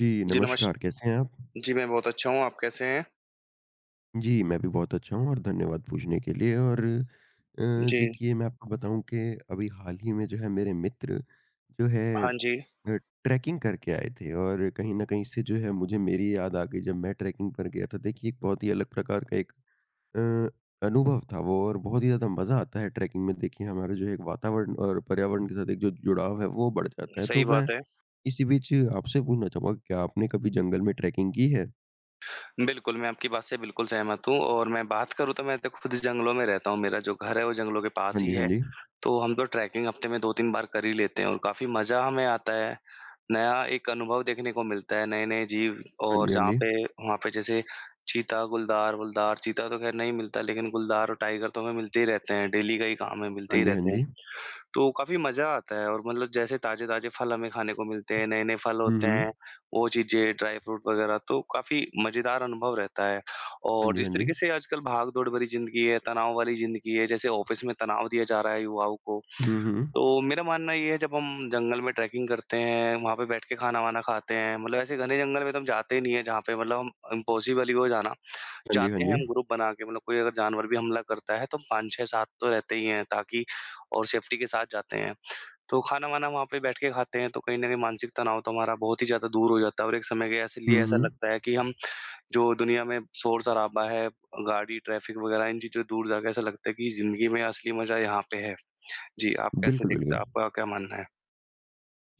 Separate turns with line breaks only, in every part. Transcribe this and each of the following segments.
जी,
जी, नमस
नमस्कार, कैसे हैं आप?
जी, मैं बहुत अच्छा हूँ, आप कैसे हैं?
जी, मैं भी बहुत अच्छा हूँ और धन्यवाद पूछने के लिए और
जी।
देखिए मैं आपको बताऊँ कि अभी हाल ही में जो है मेरे मित्र जो है अ,
हाँ जी,
ट्रैकिंग करके आए थे और कहीं न कहीं इससे जो है मुझे मेरी याद आ गई जब मैं ट्रैकिंग पर गया था। देखिए एक बहुत ही अलग प्रकार का एक अ, अनुभव था वो और बहुत ही ज़्यादा मज़ा आता है ट्रैकिंग में। देखिए हमारा जो है एक वातावरण और पर्यावरण के साथ एक जो जुड़ाव है वो बढ़ जाता है।
सही
तो मैं
बात है।
इसी बीच आपसे पूछना चाहूँगा क्या आपने कभी जंगल में ट्रैकिंग की है?
बिल्कुल, मैं आपकी बात से बिल्कुल सहमत हूँ और मैं बात करूँ तो मैं तो खुद जंगलों में रहता हूँ, मेरा जो घर है वो जंगलों के
हाँ
पास
जी,
ही
हाँ
है।
जी।
तो हम तो ट्रैकिंग हफ़्ते में 2-3 बार कर ही लेते हैं और काफ़ी मज़ा हमें आता है। नया एक अनुभव देखने को मिलता है, नए-नए जीव
हाँ
और
जी, हाँ
जहाँ
जी।
पे वहाँ पे जैसे चीता, गुलदार वुलदार, चीता तो ख़ैर नहीं मिलता लेकिन गुलदार और टाइगर तो हमें मिलते ही रहते हैं, डेली का ही काम है, मिलते
हाँ
ही
जी, हाँ
रहते हैं।
जी।
तो काफ़ी मज़ा आता है और मतलब जैसे ताज़े-ताज़े फल हमें खाने को मिलते हैं, नए-नए फल
हुँ,
होते
हुँ।
हैं, वो चीज़ें, ड्राई फ्रूट वगैरह तो काफ़ी मज़ेदार अनुभव रहता है।
हाँ
और
जी,
जिस
हाँ जी।
तरीके से आजकल भाग-दौड़ भरी ज़िंदगी है, तनाव वाली ज़िंदगी है, जैसे ऑफ़िस में तनाव दिया जा रहा है युवाओं को,
हुँ, हुँ।
तो मेरा मानना ये है जब हम जंगल में ट्रैकिंग करते हैं, वहाँ पे बैठ के खाना-वाना खाते हैं, मतलब ऐसे घने जंगल में तो हम जाते ही नहीं है जहाँ पे मतलब हम इम्पॉसिबल ही हो जाना।
हाँ जी, हाँ
जाते हैं
जी।
हम ग्रुप बना के मतलब कोई अगर जानवर भी हमला करता है तो हम 5-6 साथ तो रहते ही हैं ताकि और सेफ्टी के साथ जाते हैं। तो खाना-वाना वहाँ पे बैठ के खाते हैं, तो कहीं न कहीं मानसिक तनाव तो हमारा बहुत ही ज़्यादा दूर हो जाता है और एक समय के ऐसे लिए
हुँ,
ऐसा
हुँ।
लगता है कि हम जो दुनिया में शोर-शराबा है, गाड़ी, ट्रैफ़िक वगैरह इन चीज़ों से दूर जाके ऐसा लगता है कि ज़िंदगी में असली मज़ा यहाँ पे है। जी, आप कैसे
बिल्कुल,
देखते
बिल्कुल।
हैं? आपका क्या मानना है?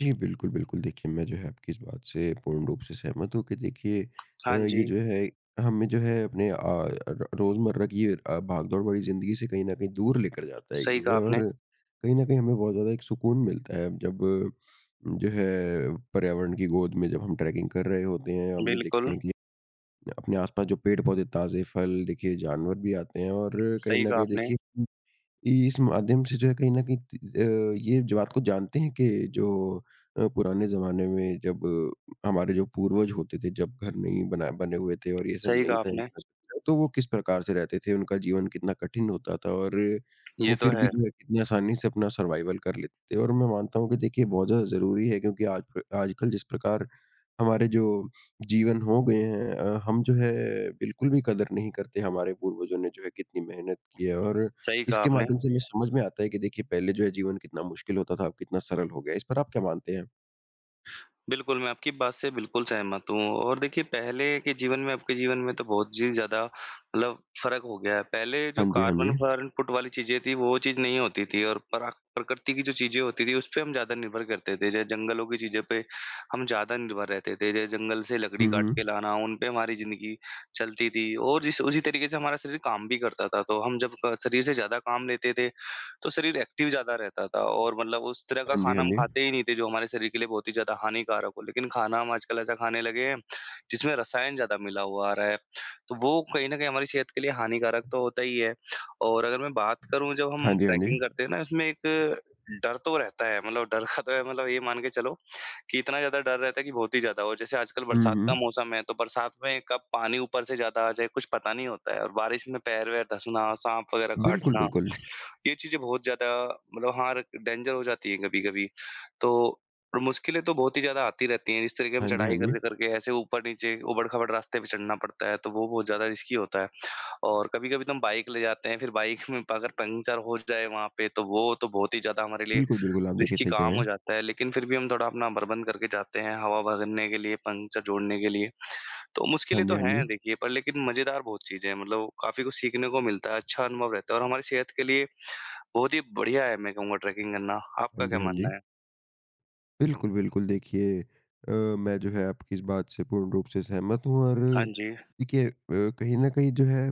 जी, बिल्कुल, बिल्कुल। देखिए, मैं जो है आपकी इस बात से पूर्ण रूप से सहमत हूँ कि देखिए
हाँ
ये
जी,
जो है हमें जो है अपने अ, र रोज़मर्रा की ये भागदौड़ भरी ज़िंदगी से कहीं न कहीं दूर लेकर जाता है
सही
ये
कहा आपने।
और कहीं न कहीं हमें बहुत ज़्यादा एक सुकून मिलता है जब जो है पर्यावरण की गोद में जब हम ट्रैकिंग कर रहे होते हैं, हमें देखते
बिल्कुल,
हैं कि अपने आसपास जो पेड़-पौधे, ताज़े फल देखिए जानवर भी आते हैं और कहीं
सही
न
कहा
कहीं
आपने,
देखिए, इस माध्यम से जो है कहीं न कहीं ये जो बात को जानते हैं कि जो पुराने ज़माने में जब हमारे जो पूर्वज होते थे, जब घर नहीं बना बने हुए थे और ये सब
सही
नहीं
कहा
था
आपने।
इंफ्रास्ट्रक्चर, तो वो किस प्रकार से रहते थे, उनका जीवन कितना कठिन होता था और वो
ये तो
फिर भी
है,
जो है कितनी आसानी से अपना सर्वाइवल कर लेते थे और मैं मानता हूँ कि देखिए बहुत ज़्यादा ज़रूरी है क्योंकि आज आजकल जिस प्रकार हमारे जो जीवन हो गए हैं हम जो है बिल्कुल भी कदर नहीं करते, हमारे पूर्वजों ने जो है कितनी मेहनत की है और
सही कहा
इसके
आपने।
माध्यम से हमें समझ में आता है कि देखिए पहले जो है जीवन कितना मुश्किल होता था, अब कितना सरल हो गया है। इस पर आप क्या मानते हैं?
बिल्कुल, मैं आपकी बात से बिल्कुल सहमत हूँ और देखिए पहले के जीवन में, अब के जीवन में तो बहुत ही ज़्यादा मतलब फ़र्क हो गया है। पहले
हाँ
जो
जी, हाँ जी।
कार्बन फॉरेनपुट वाली चीज़ें थी, वो चीज़ नहीं होती थी और प्राक प्रकृति की जो चीज़ें होती थी, उस पे हम ज़्यादा निर्भर करते थे। जैसे जंगलों की चीज़ों पे हम ज़्यादा निर्भर रहते थे। जैसे जंगल से लकड़ी
हुँ,
काट
हुँ।
के लाना, उन पे हमारी ज़िंदगी चलती थी और जिस उसी तरीके से हमारा शरीर काम भी करता था। तो हम जब क शरीर से ज़्यादा काम लेते थे, तो शरीर एक्टिव ज़्यादा रहता था और मतलब उस तरह का
हाँ जी, हाँ
खाना हम
जी।
खाते ही नहीं थे, जो हमारे शरीर के लिए बहुत ही ज़्यादा हानिकारक हो। लेकिन खाना हम आजकल ऐसा खाने लगे हैं, जिसमें रसायन ज़्यादा मिला हुआ आ रहा है, तो वो कहीं न कहीं हमारी सेहत के लिए हानिकारक तो होता ही है। और अगर मैं बात करूँ जब
हाँ
हम
जी, हाँ जी।
ट्रैकिंग करते हैं ना, इसमें एक डर तो रहता है, मतलब डर का तो है मतलब ये मान के चलो कि इतना ज़्यादा डर रहता है कि बहुत ही ज़्यादा और जैसे आजकल
हुँ,
बरसात का
हुँ।
मौसम है, तो बरसात में कब पानी ऊपर से ज़्यादा आ जाए, कुछ पता नहीं होता है और बारिश में पैर-वैर धँसना, साँप वगैरह
बिल्कुल,
काटना,
बिल्कुल।
ये चीज़ें बहुत ज़्यादा मतलब हाँ, र डेंजर हो जाती है कभी-कभी। तो और मुश्किलें तो बहुत ही ज़्यादा आती रहती हैं, जिस तरीके हम
हाँ जी, हाँ
चढ़ाई
जी।
कर करके ऐसे ऊपर-नीचे, ऊबड़-खाबड़ रास्ते पे चढ़ना पड़ता है, तो वो बहुत ज़्यादा रिस्की होता है। और कभी-कभी तो हम बाइक ले जाते हैं, फिर बाइक में अगर पंक्चर हो जाए वहाँ पे, तो वो तो बहुत ही ज़्यादा हमारे लिए
बिल्कुल, बिल्कुल, आप देखिए
रिस्की
सही कह
काम
रहे
हो
हैं।
जाता है। लेकिन फिर भी हम थोड़ा अपना बरबंद करके जाते हैं, हवा भरने के लिए, पंक्चर जोड़ने के लिए। तो
हाँ
मुश्किलें
जी,
तो
हाँ जी।
हैं देखिए, पर लेकिन मज़ेदार बहुत चीज़ें हैं, मतलब काफ़ी कुछ सीखने को मिलता है, अच्छा अनुभव रहता है और हमारी सेहत के लिए बहुत ही बढ़िया है मैं कहूँगा ट्रैकिंग करना। आपका
हाँ जी,
क्या
हाँ जी।
मानना है?
बिल्कुल, बिल्कुल। देखिए अ, मैं जो है आपकी इस बात से पूर्ण रूप से सहमत हूँ और
हाँ जी,
देखिए कहीं न कहीं जो है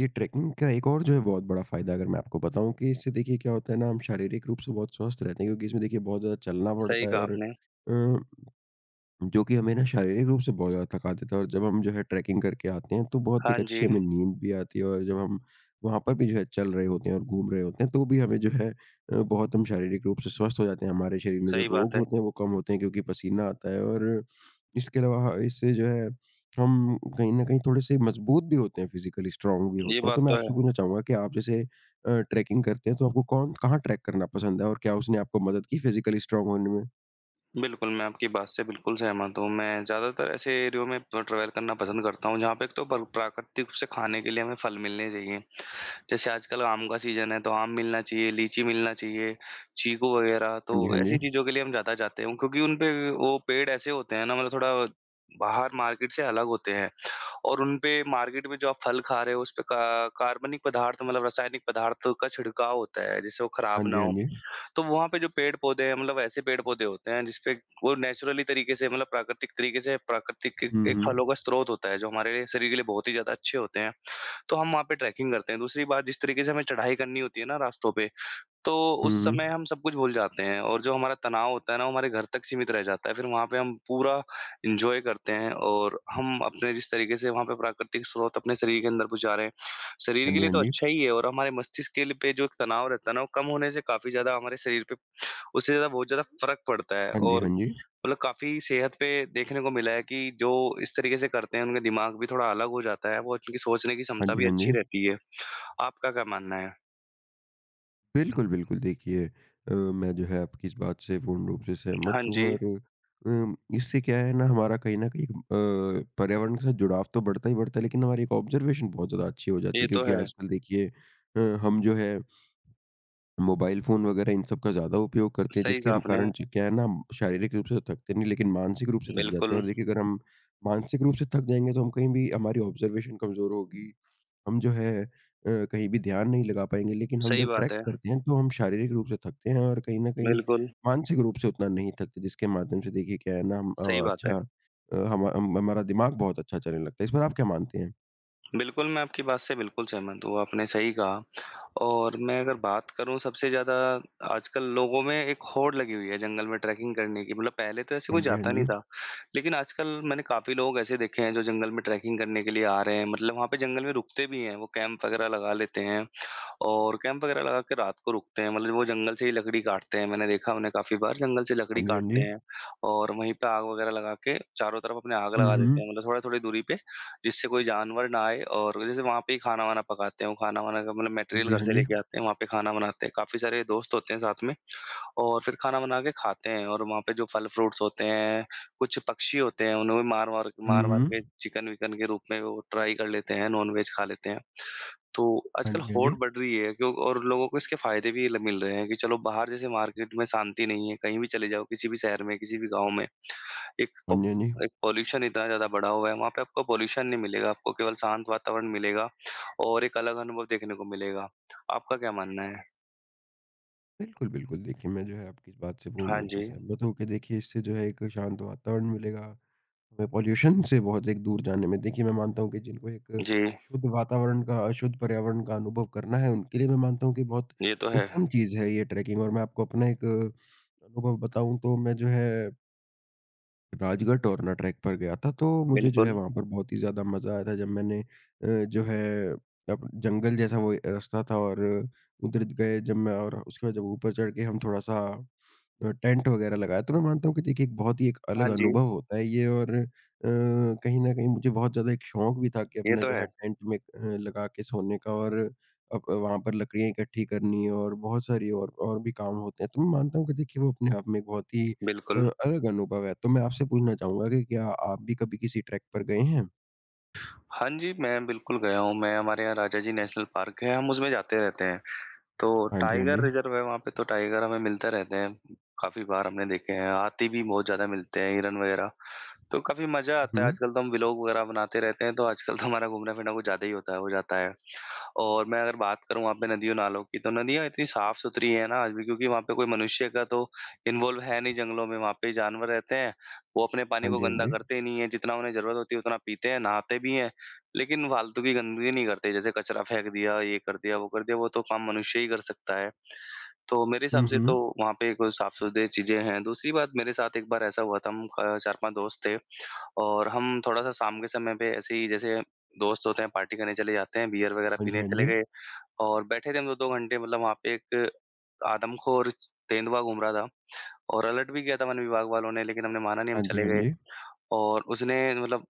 ये ट्रैकिंग का एक और जो है बहुत बड़ा फ़ायदा अगर मैं आपको बताऊँ कि इससे देखिए क्या होता है ना हम शारीरिक रूप से बहुत स्वस्थ रहते हैं क्योंकि इसमें देखिए बहुत ज़्यादा चलना
सही
पड़ता है
कहा
और
आपने।
अ जो कि हमें ना शारीरिक रूप से बहुत ज़्यादा थका देता है और जब हम जो है ट्रैकिंग करके आते हैं तो बहुत
हाँ
एक अच्छी
जी,
हमें नींद भी आती है और जब हम वहाँ पर भी जो है चल रहे होते हैं और घूम रहे होते हैं तो भी हमें जो है बहुत हम शारीरिक रूप से स्वस्थ हो जाते हैं हमारे शरीर में जो
सही
रोग
बात है।
होते हैं वो कम होते हैं क्योंकि पसीना आता है और इसके अलावा इससे जो है हम कहीं ना कहीं थोड़े से मजबूत भी होते हैं फिजिकली स्ट्रांग भी
ये
होते हैं तो
बात
मैं
तो
आपसे
है।
पूछना चाहूंगा कि आप जैसे ट्रैकिंग करते हैं तो आपको कौन कहाँ ट्रैक करना पसंद है और क्या उसने आपको मदद की फिजिकली स्ट्रांग होने में?
बिल्कुल, मैं आपकी बात से बिल्कुल सहमत हूँ। मैं ज़्यादातर ऐसे एरियो में प ट्रैवल करना पसंद करता हूँ जहाँ पे एक तो प्राकृतिक रूप से खाने के लिए हमें फल मिलने चाहिए। जैसे आजकल आम का सीज़न है तो आम मिलना चाहिए, लीची मिलना चाहिए, चीकू वगैरह
हाँ
तो
जी, हाँ जी।
ऐसी चीज़ों के लिए हम ज़्यादा जाते हैं क्योंकि उन पे वो पेड़ ऐसे होते हैं ना मतलब थोड़ा बाहर मार्केट से अलग होते हैं। और उनपे मार्केट में जो आप फल खा रहे हो उसपे का कार्बनिक पदार्थ मतलब रासायनिक पदार्थ का छिड़काव होता है, जिससे वो खराब
हाँ
ना
जी, हाँ
हो।
जी।
तो वहाँ पे जो पेड़-पौधे हैं मतलब ऐसे पेड़-पौधे होते हैं जिसपे वो नेचुरली तरीके से मतलब प्राकृतिक तरीके से प्राकृतिक एक
हुँ,
एक
हुँ।
फलों का स्रोत होता है, जो हमारे लिए शरीर के लिए बहुत ही ज़्यादा अच्छे होते हैं। तो हम वहाँ पे ट्रैकिंग करते हैं। दूसरी बात जिस तरीके से हमें चढ़ाई करनी होती है ना रास्तों पे, तो
हुँ,
उस समय
हुँ।
हम सब कुछ भूल जाते हैं और जो हमारा तनाव होता है ना, वो हमारे घर तक सीमित रह जाता है। फिर वहाँ पे हम पूरा एन्जॉय करते हैं और हम अपने जिस तरीके से वहाँ पे प्राकृतिक स्रोत अपने शरीर के अंदर पहुँचा रहे हैं, शरीर
हाँ
के
जी,
लिए
हाँ
तो
जी।
अच्छा ही है और हमारे मस्तिष्क के लिए पे जो एक तनाव रहता है ना, वो कम होने से काफ़ी ज़्यादा हमारे शरीर पे उससे ज़्यादा बहुत ज़्यादा फ़र्क पड़ता है
हाँ जी,
और
हाँ जी।
मतलब काफ़ी सेहत पे देखने को मिला है कि जो इस तरीके से करते हैं, उनका दिमाग भी थोड़ा अलग हो जाता है, वो उनकी सोचने की
हाँ
क्षमता
जी,
भी
हाँ
अच्छी
जी।
रहती है। आपका क्या मानना है?
बिल्कुल, बिल्कुल देखिए मैं जो है आपकी इस बात से पूर्ण रूप से
हाँ
सहमत हूँ
जी,
और इससे क्या है ना हमारा कहीं न कहीं पर्यावरण के साथ जुड़ाव तो बढ़ता ही बढ़ता है लेकिन हमारी एक ऑब्ज़र्वेशन बहुत ज़्यादा अच्छी हो जाती है
ये तो
क्योंकि
है।
आजकल देखिए हम जो है मोबाइल फ़ोन वगैरह इन सब का ज़्यादा उपयोग करते हैं
सही
जिसके
कहा आपने।
कारण च क्या है ना हम शारीरिक रूप से तो थकते नहीं लेकिन मानसिक रूप से थक जाते
बिल्कुल,
हैं और देखिए अगर हम मानसिक रूप से थक जाएँगे तो हम कहीं भी हमारी ऑब्ज़र्वेशन कमज़ोर होगी, हम जो है कहीं भी ध्यान नहीं लगा पाएँगे लेकिन हम
सही
जब
बात
ट्रैक
है।
करते हैं तो हम शारीरिक रूप से थकते हैं और कहीं न कहीं
बिल्कुल,
मानसिक रूप से उतना नहीं थकते जिसके माध्यम से देखिए क्या है ना हम
सही बात
अच्छा
है।
अ, हम हमारा दिमाग बहुत अच्छा चलने लगता है। इस पर आप क्या मानते हैं?
बिल्कुल, मैं आपकी बात से बिल्कुल सहमत हूँ, आपने सही कहा और मैं अगर बात करूँ सबसे ज़्यादा आजकल लोगों में एक होड़ लगी हुई है जंगल में ट्रैकिंग करने की, मतलब पहले तो ऐसे
हाँ
कोई
जी, हाँ
जाता
जी।
नहीं था। लेकिन आजकल मैंने काफ़ी लोग ऐसे देखे हैं जो जंगल में ट्रैकिंग करने के लिए आ रहे हैं, मतलब वहाँ पे जंगल में रुकते भी हैं, वो कैंप वगैरह लगा लेते हैं और कैंप वगैरह लगा के रात को रुकते हैं, मतलब वो जंगल से ही लकड़ी काटते हैं, मैंने देखा उन्हें काफ़ी बार जंगल से
हाँ
लकड़ी
जी, हाँ
काटते
जी।
हैं और वहीं पे आग वगैरह लगा के चारों तरफ अपने आग
हुँ,
लगा
हुँ।
देते हैं, मतलब थोड़ा-थोड़ी दूरी पे, जिससे कोई जानवर ना आए और जैसे वहाँ पे ही खाना-वाना पकाते हैं, वो खाना-वाना का मतलब
हाँ
मटेरियल
जी,
घर
हाँ
से
जी।
लेके आते हैं, वहाँ पे खाना बनाते हैं, काफ़ी सारे दोस्त होते हैं साथ में। और फिर खाना बना के खाते हैं और वहाँ पे जो फल-फ्रूट्स होते हैं, कुछ पक्षी होते हैं, उन्हें भी मार-वार
हुँ,
मार-वार के
हुँ।
चिकन-विकन के रूप में वो ट्राई कर लेते हैं, नॉन-वेज खा लेते हैं। तो
हाँ
आजकल
जी, हाँ
होड़
जी।
बढ़ रही है क्यों और लोगों को इसके फ़ायदे भी ल मिल रहे हैं कि चलो बाहर जैसे मार्केट में शांति नहीं है, कहीं भी चले जाओ, किसी भी शहर में, किसी भी गाँव में, एक
हाँ
पॉप
जी, हाँ जी।
एक पॉल्यूशन इतना ज़्यादा बढ़ा हुआ है, वहाँ पे आपको पॉल्यूशन नहीं मिलेगा, आपको केवल शांत वातावरण मिलेगा और एक अलग अनुभव देखने को मिलेगा। आपका क्या मानना है?
बिल्कुल, बिल्कुल। देखिए, मैं जो है आपकी इस बात से पूर्ण
हाँ
रूप से
जी।
सहमत हूँ कि देखिए इससे जो है एक शांत वातावरण मिलेगा, हमें पॉल्यूशन से बहुत एक दूर जाने में देखिए मैं मानता हूँ कि जिनको एक
जी,
शुद्ध वातावरण का शुद्ध पर्यावरण का अनुभव करना है, उनके लिए मैं मानता हूँ कि बहुत
ये तो है।
उत्तम चीज़ है ये ट्रैकिंग और मैं आपको अपना एक अनुभव बताऊँ तो मैं जो है राजगढ़ टोरना ट्रैक पर गया था, तो मुझे जो है
बिल्कुल।
वहाँ पर बहुत ही ज़्यादा मज़ा आया था जब मैंने जो है अब जंगल जैसा वो रास्ता था और उधर गए जब मैं और उसके बाद जब ऊपर चढ़ के हम थोड़ा-सा टेंट वग़ैरह लगाया, तो मैं मानता हूँ कि देखिए एक बहुत ही एक अलग
हाँ जी,
अनुभव होता है ये और कहीं न कहीं मुझे बहुत ज़्यादा एक शौक भी था कि
ये
अपना
तो
जो
है।
है टेंट में लगा के सोने का और अब वहाँ पर लकड़ियाँ इकट्ठी करनी और बहुत सारी और भी काम होते हैं। तो मैं मानता हूँ कि देखिए वो अपने आप में एक बहुत ही
बिल्कुल।
अलग अनुभव है, तो मैं आपसे पूछना चाहूँगा कि क्या आप भी कभी किसी ट्रैक पर गए हैं?
हाँ जी, मैं बिल्कुल गया हूँ। मैं हमारे यहाँ राजा जी नेशनल पार्क है, हम उसमें जाते रहते हैं। तो
हाँ जी, हाँ
टाइगर
जी।
रिज़र्व है वहाँ पे तो टाइगर हमें मिलते रहते हैं। काफ़ी बार हमने देखे हैं, हाथी भी बहुत ज़्यादा मिलते हैं, हिरन वगैरह। तो काफ़ी मज़ा आता है,
हुँ।
आजकल तो हम व्लॉग वगैरह बनाते रहते हैं, तो आजकल तो हमारा घूमना-फिरना कुछ ज़्यादा ही होता है हो जाता है। और मैं अगर बात करूँ वहाँ पे नदियों, नालों की, तो नदियाँ इतनी साफ़-सुथरी हैं ना आज भी क्योंकि वहाँ पे कोई मनुष्य का तो इन्वॉल्व है नहीं जंगलों में, वहाँ पे जानवर रहते हैं। वो अपने पानी
हाँ
को
जी, हाँ
गंदा
जी।
करते ही नहीं हैं, जितना उन्हें ज़रूरत होती है उतना पीते हैं, नहाते भी हैं, लेकिन फालतू की गंदगी नहीं करते, जैसे कचरा फेंक दिया, ये कर दिया, वो तो काम मनुष्य ही कर सकता है। तो मेरे हिसाब
हुँ,
से तो
हुँ।
वहाँ पे कोई साफ़-सुथरी चीज़ें हैं। दूसरी बात मेरे साथ एक बार ऐसा हुआ था, हम 4-5 दोस्त थे। और हम थोड़ा-सा शाम के समय पे ऐसे ही जैसे दोस्त होते हैं पार्टी करने चले जाते हैं, बीयर वगैरह
हाँ जी,
पीने
हाँ
चले
जी।
गए और बैठे थे हम लोग 2 घंटे मतलब वहाँ पे एक आदमखोर तेंदुआ घूम रहा था और अलर्ट भी किया था वन विभाग वालों ने लेकिन हमने माना नहीं हम
हाँ जी,
चले
हाँ
गए
जी।
और उसने मतलब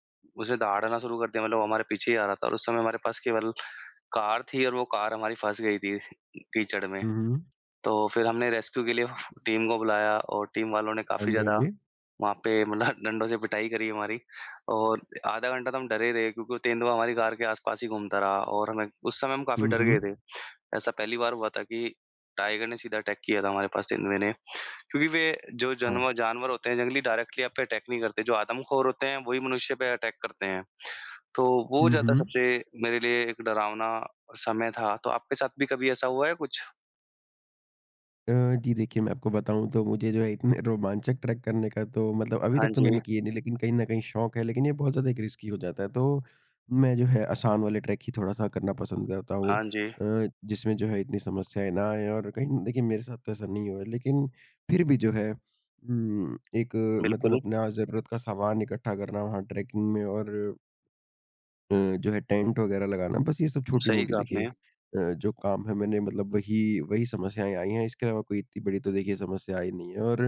उसने दहाड़ना शुरू कर दिया मतलब वो हमारे पीछे ही आ रहा था और उस समय हमारे पास केवल कार थी और वो कार हमारी फँस गई थी कीचड़ में।
हुँ, हुँ।
तो फिर हमने रेस्क्यू के लिए टीम को बुलाया और टीम वालों ने
हाँ
काफ़ी
जी, हाँ
ज़्यादा
जी।
वहाँ पे मतलब डंडों से पिटाई करी हमारी। और आधा घंटा तो हम डरे रहे, क्योंकि वो तेंदुआ हमारी कार के आस-पास ही घूमता रहा, और हमें उस समय हम काफ़ी
हुँ,
डर
हुँ।
गए थे। ऐसा पहली बार हुआ था कि टाइगर ने सीधा अटैक किया था हमारे पास, तेंदुए ने, क्योंकि वे जो
हाँ।
जानवर जानवर होते हैं जंगली, डायरेक्टली आप पे अटैक नहीं करते। जो आदमखोर होते हैं वही मनुष्य पे अटैक करते हैं। तो वो
हुँ,
ज़्यादा
हुँ।
सबसे मेरे लिए एक डरावना समय था। तो आपके साथ भी कभी ऐसा हुआ है कुछ?
अ, जी देखिए, मैं आपको बताऊँ तो मुझे जो है इतने रोमांचक ट्रैक करने का तो मतलब अभी
हाँ
तक तो
जी,
मैंने किए नहीं लेकिन कहीं न कहीं शौक है, लेकिन ये बहुत ज़्यादा एक रिस्की हो जाता है। तो मैं जो है आसान वाले ट्रैक ही थोड़ा-सा करना पसंद करता हूँ
हाँ जी,
जिसमें जो है इतनी समस्याएँ ना आएँ और कहीं देखिए मेरे साथ तो ऐसा नहीं हुआ है। लेकिन फिर भी जो है एक मतलब
बिल्कुल,
अपना ज़रूरत का सामान इकट्ठा करना वहाँ ट्रैकिंग में और अ, जो है टेंट वगैरह लगाना, बस ये सब
सही
छोटी-मोटी
कहा
देखिए
आपने।
जो काम है मैंने मतलब वही वही समस्याएँ आई हैं, इसके अलावा कोई इतनी बड़ी तो देखिए समस्या आई नहीं है और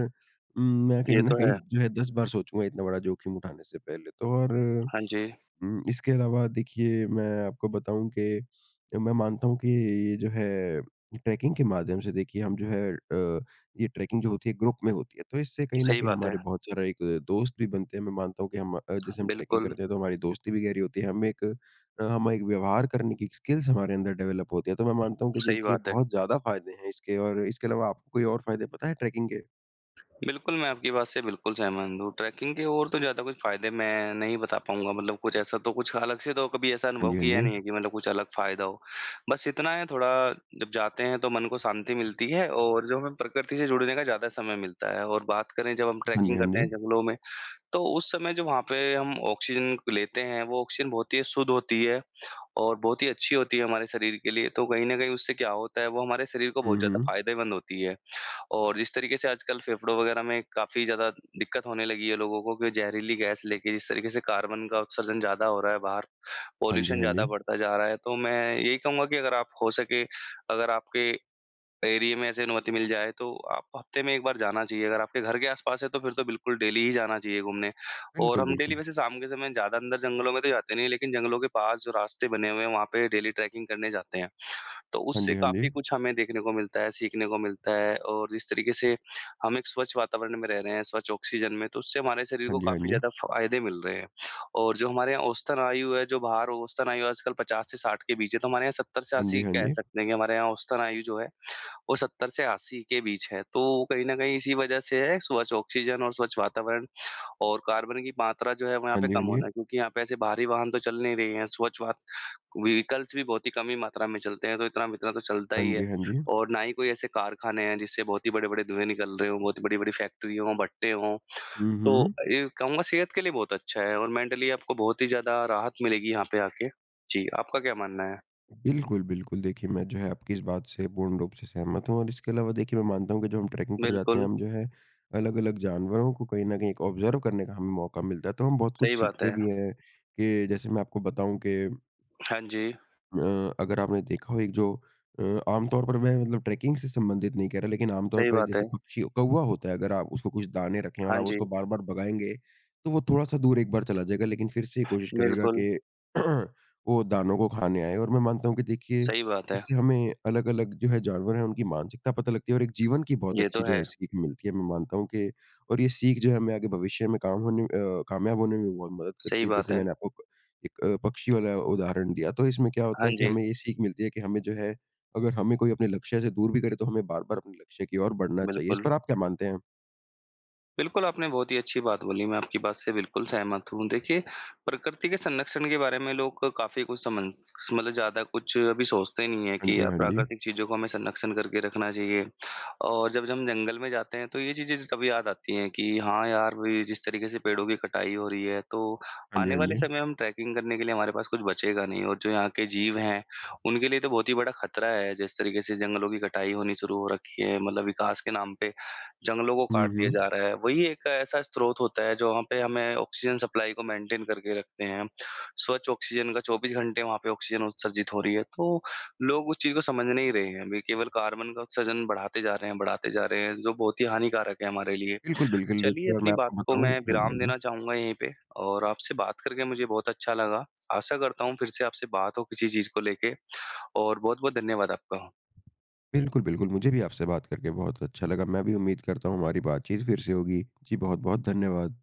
उम, मैं कहीं
ये
न
तो
कहीं
है।
जो है 10 बार सोचूँगा इतना बड़ा जोखिम उठाने से पहले तो और
हाँ जी,
इसके अलावा देखिए मैं आपको बताऊँ कि मैं मानता हूँ कि ये जो है ट्रैकिंग के माध्यम से देखिए हम जो है ये ट्रैकिंग जो होती है ग्रुप में होती है, तो इससे कहीं न
सही
कहीं
बात है।
हमारे बहुत सारा एक दोस्त भी बनते हैं। मैं मानता हूँ कि हम जैसे हम ट्रैकिंग
बिल्कुल,
करते हैं तो हमारी दोस्ती भी गहरी होती है। हमें एक अ, हम एक व्यवहार करने की स्किल्स हमारे अंदर डेवलप होती है। तो मैं मानता हूँ कि
सही
देखिए
बात है।
बहुत ज़्यादा फ़ायदे हैं इसके और इसके अलावा आपको कोई और फ़ायदे पता है ट्रैकिंग के?
बिल्कुल, मैं आपकी बात से बिल्कुल सहमत हूँ। ट्रैकिंग के और तो ज़्यादा कोई फ़ायदे मैं नहीं बता पाऊँगा, मतलब कुछ ऐसा तो, कुछ अलग से तो कभी ऐसा
हाँ
अनुभव
जी, हाँ
किया
जी।
नहीं है कि मतलब कुछ अलग फ़ायदा हो। बस इतना है, थोड़ा जब जाते हैं तो मन को शांति मिलती है, और जो हमें प्रकृति से जुड़ने का ज़्यादा समय मिलता है। और बात करें जब हम
हाँ जी,
ट्रैकिंग
हाँ
करते
जी।
हैं जंगलों में, तो उस समय जो वहाँ पे हम ऑक्सीजन लेते हैं, वो ऑक्सीजन बहुत ही शुद्ध होती है, और बहुत ही अच्छी होती है हमारे शरीर के लिए। तो कहीं न कहीं उससे क्या होता है, वो हमारे शरीर को
हुँ,
बहुत ज़्यादा
हुँ।
फ़ायदेमंद होती है। और जिस तरीके से आजकल फेफड़ों वगैरह में काफ़ी ज़्यादा दिक्कत होने लगी है लोगों को, कि जहरीली गैस लेके, जिस तरीके से कार्बन का उत्सर्जन ज़्यादा हो रहा है बाहर,
हाँ जी,
पॉल्यूशन
हाँ जी।
ज़्यादा बढ़ता जा रहा है, तो मैं यही कहूँगा कि अगर आप हो सके, अगर आपके एरिये में ऐसी अनुमति मिल जाए तो आपको हफ्ते में 1 बार जाना चाहिए। अगर आपके घर के आस-पास है तो फिर तो बिल्कुल डेली ही जाना चाहिए घूमने। और
बिल्कुल,
हम डेली
बिल्कुल।
वैसे शाम के समय ज़्यादा अंदर जंगलों में तो जाते नहीं हैं, लेकिन जंगलों के पास जो रास्ते बने हुए हैं वहाँ पे डेली ट्रैकिंग करने जाते हैं। तो
हाँ
उससे
जी, हाँ जी।
काफ़ी कुछ हमें देखने को मिलता है, सीखने को मिलता है, और जिस तरीके से हम एक स्वच्छ वातावरण में रह रहे हैं, स्वच्छ ऑक्सीजन में, तो उससे हमारे शरीर को
हाँ जी, हाँ
काफ़ी
जी।
ज़्यादा फ़ायदे मिल रहे हैं। और जो हमारे यहाँ औसतन आयु है, जो बाहर औसतन आयु आजकल 50 से 60 के बीच है, तो हमारे यहाँ 70 से
हाँ जी,
80
हाँ
कह
जी।
सकते हैं, कि हमारे यहाँ औसतन आयु जो है वो 70 से 80 के बीच है। तो कहीं न कहीं इसी वजह से है स्वच्छ ऑक्सीजन और स्वच्छ वातावरण, और कार्बन की मात्रा जो है वो यहाँ
हाँ
पे
जी, हाँ
कम
जी।
होना है, क्योंकि यहाँ पे ऐसे भारी वाहन तो चल नहीं रहे हैं। स्वच्छ वात व्हीकल्स भी बहुत ही कम ही मात्रा में चलते हैं, तो इतना-इतना तो चलता
हाँ
ही है।
जी, हाँ जी।
और ना ही कोई ऐसे कारखाने हैं जिससे बहुत ही बड़े-बड़े धुएँ निकल रहे हों, बहुत ही बड़ी-बड़ी फैक्ट्री हों, भट्टे हों।
हुँ,
तो
हुँ।
ये कहूँगा सेहत के लिए बहुत अच्छा है, और मेंटली आपको बहुत ही ज़्यादा राहत मिलेगी यहाँ पे आके। जी, आपका क्या मानना है?
बिल्कुल, बिल्कुल देखिए मैं जो है आपकी इस बात से पूर्ण रूप से सहमत हूँ और इसके अलावा देखिए मैं मानता हूँ कि जो हम ट्रैकिंग पर जाते हैं,
बिल्कुल,
हम जो है अलग-अलग जानवरों को कहीं न कहीं एक ऑब्ज़र्व करने का हमें मौका मिलता है, तो हम बहुत कुछ
सही बात
सीखते
है।
भी हैं कि जैसे मैं आपको बताऊँ कि
हाँ जी,
अगर आपने देखा हो एक जो अ, आमतौर पर मैं मतलब ट्रैकिंग से संबंधित नहीं कह रहा लेकिन आमतौर
सही
पर एक
बात है।
जैसे पक्षी कौवा होता है अगर आप उसको कुछ दाने रखें और
हाँ
आप
जी।
उसको बार-बार भगाएँगे, तो वो थोड़ा-सा दूर एक बार चला जाएगा लेकिन फिर से ये कोशिश करेगा
बिल्कुल,
कि वो दानों को खाने आए और मैं मानता हूँ कि देखिए
सही बात है।
इससे हमें अलग-अलग जो है जानवर हैं उनकी मानसिकता पता लगती है और एक जीवन की बहुत
ये
अच्छी
तो
जो
है,
है सीख मिलती है। मैं मानता हूँ कि और ये सीख जो है हमें आगे भविष्य में कामयाब होने में बहुत मदद करती
सही
है।
बात
जैसे
है।
मैंने आपको एक पक्षी वाला उदाहरण दिया। तो इसमें क्या होता
हाँ
है कि
जी,
हमें ये सीख मिलती है कि हमें जो है, अगर हमें कोई अपने लक्ष्य से दूर भी करे तो हमें बार-बार अपने लक्ष्य की ओर बढ़ना चाहिए। इस
बिल्कुल।
पर आप क्या मानते हैं?
बिल्कुल, आपने बहुत ही अच्छी बात बोली, मैं आपकी बात से बिल्कुल सहमत हूँ। देखिए, प्रकृति के संरक्षण के बारे में लोग काफ़ी कुछ समझ, मतलब ज़्यादा कुछ अभी सोचते नहीं हैं,
हाँ
कि
जी,
यार
हाँ जी।
प्राकृतिक चीज़ों को हमें संरक्षण करके रखना चाहिए। और जब जब हम जंगल में जाते हैं, तो ये चीज़ें तब याद आती हैं कि हाँ यार, वे जिस तरीके से पेड़ों की कटाई हो रही है, तो
हाँ जी,
आने
हाँ
वाले
जी।
समय हम ट्रैकिंग करने के लिए हमारे पास कुछ बचेगा नहीं। और जो यहाँ के जीव हैं, उनके लिए तो बहुत ही बड़ा खतरा है, जिस तरीके से जंगलों की कटाई होनी शुरू हो रखी है, मतलब विकास के नाम पे जंगलों को
हुँ,
काट दिया
हुँ।
जा रहा है। वही एक ऐसा स्रोत होता है जो वहाँ पे हमें ऑक्सीजन सप्लाई को मेंटेन करके रखते हैं। स्वच्छ ऑक्सीजन का 24 घंटे वहाँ पे ऑक्सीजन उत्सर्जित हो रही है। तो लोग उस चीज़ को समझ नहीं रहे हैं। वे केवल कार्बन का उत्सर्जन बढ़ाते जा रहे हैं, बढ़ाते जा रहे हैं, जो बहुत ही हानिकारक है हमारे लिए।
बिल्कुल, बिल्कुल
चलिए
देखिए और
अपनी
मैं
बात
आपको
को
बताऊँ
मैं
हाँ जी, हाँ
विराम
जी।
देना चाहूँगा यहीं पे, और आपसे बात करके मुझे बहुत अच्छा लगा। आशा करता हूँ फिर से आपसे बात हो किसी चीज़ को लेके, और बहुत-बहुत धन्यवाद आपका।
बिल्कुल, बिल्कुल मुझे भी आपसे बात करके बहुत अच्छा लगा। मैं भी उम्मीद करता हूँ हमारी बातचीत फिर से होगी। जी बहुत-बहुत धन्यवाद।